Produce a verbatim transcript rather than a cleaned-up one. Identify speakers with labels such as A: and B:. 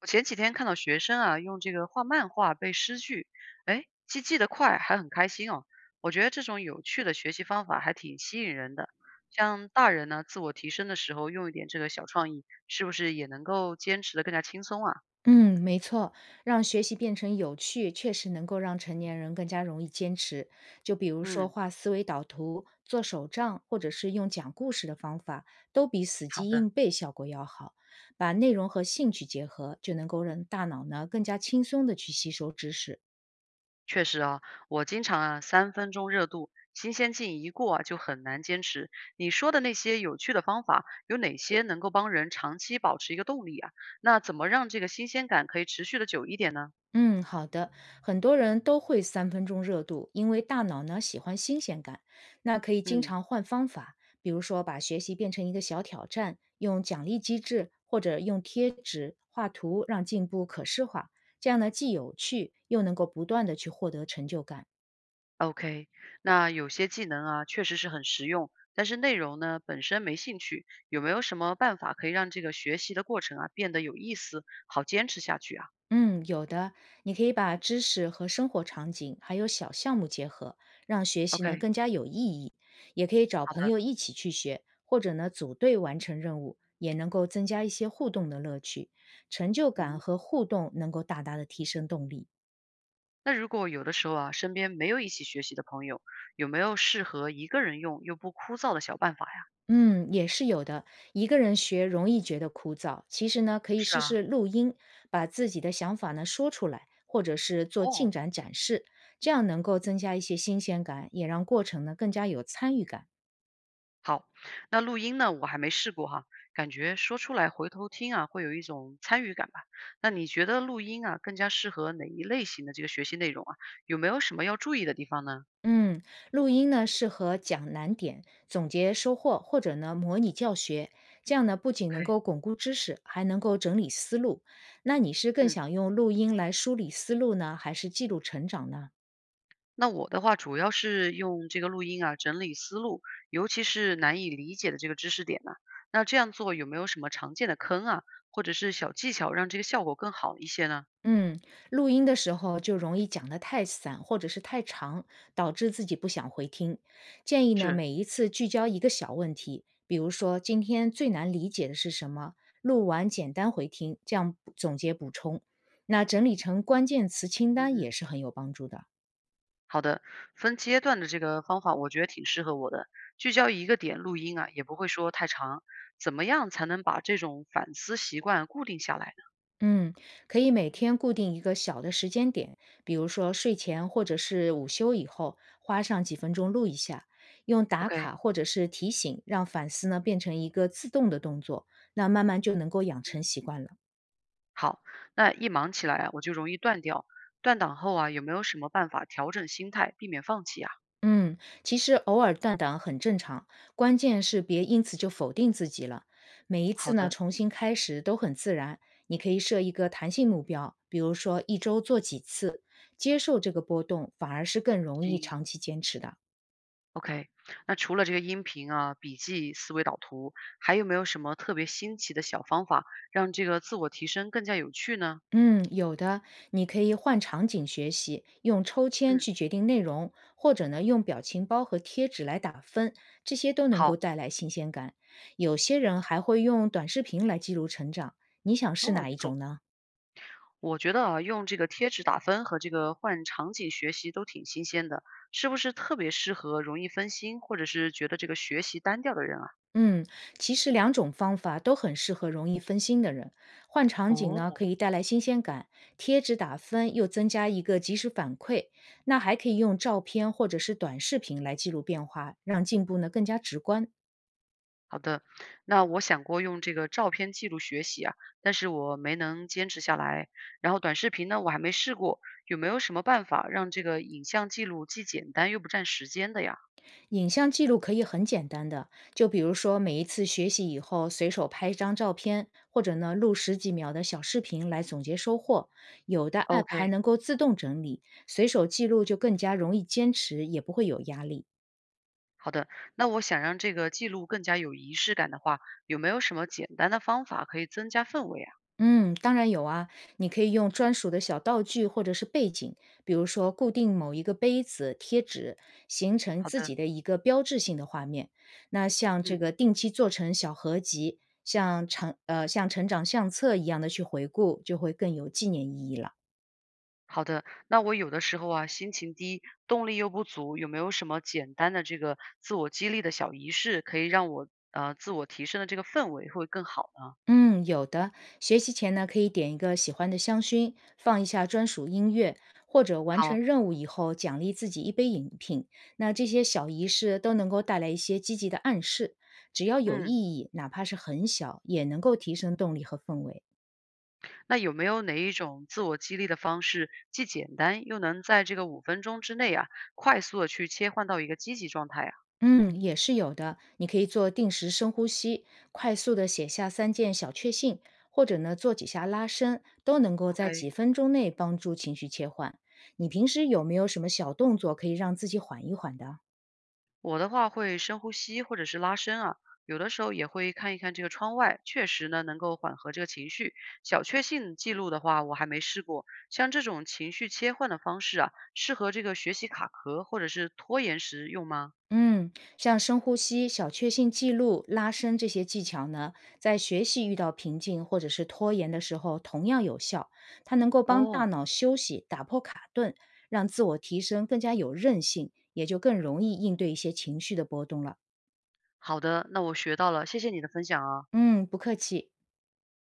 A: 我前几天看到学生啊，用这个画漫画背诗句，哎，既记得快，还很开心哦。我觉得这种有趣的学习方法还挺吸引人的。像大人呢，自我提升的时候用一点这个小创意，是不是也能够坚持的更加轻松啊？
B: 嗯，没错，让学习变成有趣，确实能够让成年人更加容易坚持。就比如说
A: 嗯，
B: 画思维导图、做手账，或者是用讲故事的方法，都比死
A: 好
B: 记
A: 的，
B: 硬背效果要好。把内容和兴趣结合，就能够让大脑呢更加轻松的去吸收知识。
A: 确实啊，我经常啊三分钟热度，新鲜劲一过啊就很难坚持。你说的那些有趣的方法，有哪些能够帮人长期保持一个动力啊？那怎么让这个新鲜感可以持续的久一点呢？
B: 嗯，好的。很多人都会三分钟热度，因为大脑呢喜欢新鲜感。那可以经
A: 嗯。
B: 常换方法，比如说把学习变成一个小挑战，用奖励机制或者用贴纸、画图让进步可视化。这样呢，既有趣又能够不断的去获得成就感。
A: OK，那有些技能啊，确实是很实用，但是内容呢本身没兴趣，有没有什么办法可以让这个学习的过程啊变得有意思，好坚持下去啊
B: 嗯，有的，你可以把知识和生活场景还有小项目结合，让学习呢
A: ？OK，
B: 更加有意义。也可以找
A: 好
B: 朋
A: 的，
B: 友一起去学，或者呢组队完成任务，也能够增加一些互动的乐趣，成就感
A: 嗯，
B: 和互动能够大大的提升动力。
A: 那如果有的时候啊，身边没有一起学习的朋友，有没有适合一个人用又不枯燥的小办法呀？
B: 嗯，也是有的。一个人学容易觉得枯燥，其实呢，可以
A: 是
B: 试
A: 啊，
B: 试录音，把自己的想法呢说出来，或者是做进
A: 哦。
B: 展展示，这样能够增加一些新鲜感，也让过程呢更加有参与感。
A: 好，那录音呢，我还没试过哈，感觉说出来回头听啊，会有一种参与感吧。那你觉得录音啊，更加适合哪一类型的这个学习内容啊？有没有什么要注意的地方呢
B: 嗯，录音呢适合讲难点、总结收获，或者呢模拟教学，这样呢不仅能
A: ？OK，
B: 够巩固知识，还能够整理思路。那你是更
A: 嗯，
B: 想用录音来梳理思路呢，还是记录成长呢？
A: 那我的话主要是用这个录音啊，整理思路，尤其是难以理解的这个知识点呢、那这样做有没有什么常见的坑啊，或者是小技巧，让这个效果更好一些呢？
B: 嗯，录音的时候就容易讲得太散或者是太长，导致自己不想回听。建议呢，
A: 是，
B: 每一次聚焦一个小问题，比如说今天最难理解的是什么，录完简单回听，这样总结补充。那整理成关键词清单也
A: 嗯。
B: 是很有帮助的。
A: 好的，分阶段的这个方法，我觉得挺适合我的。聚焦一个点录音啊，也不会说太长。怎么样才能把这种反思习惯固定下来呢
B: 嗯，可以每天固定一个小的时间点，比如说睡前或者是午休以后，花上几分钟录一下，用打
A: ？OK，
B: 卡或者是提醒，让反思呢变成一个自动的动作，那慢慢就能够养成习惯了。
A: 好，那一忙起来啊，我就容易断掉。断档后啊，有没有什么办法调整心态，避免放弃啊？
B: 嗯，其实偶尔断档很正常，关键是别因此就否定自己了。每一次
A: 好
B: 呢
A: 的，
B: 重新开始都很自然，你可以设一个弹性目标，比如说一周做几次，接受这个波动，反而是更容易
A: 行
B: 长期坚持的。
A: ，OK。那除了这个音频啊、笔记、思维导图，还有没有什么特别新奇的小方法，让这个自我提升更加有趣呢？
B: 嗯，有的，你可以换场景学习，用抽签
A: 嗯，
B: 去决定内容，或者呢用表情包和贴纸来打分，这些都能够
A: 好，
B: 带来新鲜感。有些人还会用短视频来记录成长，你想试
A: 哦，
B: 哪
A: 不
B: 一
A: 错。
B: 种呢？
A: 我觉得啊，用这个贴纸打分和这个换场景学习都挺新鲜的，是不是特别适合容易分心或者是觉得这个学习单调的人啊？
B: 嗯，其实两种方法都很适合容易分心的人。换场景
A: 哦，
B: 呢，可以带来新鲜感；贴纸打分又增加一个及时反馈。那还可以用照片或者是短视频来记录变化，让进步呢更加直观。
A: 好的，那我想过用这个照片记录学习啊，但是我没能坚持下来。然后短视频呢，我还没试过，有没有什么办法让这个影像记录既简单又不占时间的呀
B: 影像记录可以很简单的，就比如说每一次学习以后，随手拍一张照片，或者呢录十几秒的小视频来总结收获。有的 A P P 还
A: ？OK，
B: 能够自动整理，随手记录就更加容易坚持，也不会有压力。
A: 好的，那我想让这个记录更加有仪式感的话，有没有什么简单的方法可以增加氛围啊？
B: 嗯，当然有啊，你可以用专属的小道具或者是背景，比如说固定某一个杯子、贴纸，形成
A: 好
B: 自
A: 的，
B: 己的一个标志性的画面。那像这
A: 嗯。
B: 个定期做成小合集，像成呃像成长相册一样的去回顾，就会更有纪念意义了。
A: 好的，那我有的时候啊，心情低，动力又不足，有没有什么简单的这个自我激励的小仪式，可以让我呃自我提升的这个氛围会更好呢？
B: 嗯，有的。学习前呢，可以点一个喜欢的香薰，放一下专属音乐，或者完成
A: 好，
B: 任务以后奖励自己一杯饮品。那这些小仪式都能够带来一些积极的暗示，只要有意
A: 嗯，
B: 义，哪怕是很小，也能够提升动力和氛围。
A: 那有没有哪一种自我激励的方式，既简单又能在这个五分钟之内啊，快速的去切换到一个积极状态啊
B: 嗯，也是有的。你可以做定时深呼吸，快速的写下三件小确幸，或者呢做几下拉伸，都能够在
A: ？OK，
B: 几分钟内帮助情绪切换。你平时有没有什么小动作可以让自己缓一缓的？
A: 我的话会深呼吸或者是拉伸啊，有的时候也会看一看这个窗外，确实呢能够缓和这个情绪。小确幸记录的话，我还没试过。像这种情绪切换的方式啊，适合这个学习卡壳或者是拖延时用吗？
B: 嗯，像深呼吸、小确幸记录、拉伸这些技巧呢，在学习遇到瓶颈或者是拖延的时候，同样有效。它能够帮大
A: 哦，
B: 脑休息，打破卡顿，让自我提升更加有韧性，也就更容易应对一些情绪的波动了。
A: 好的，那我学到了，谢谢你的分享啊。
B: 嗯，不客气。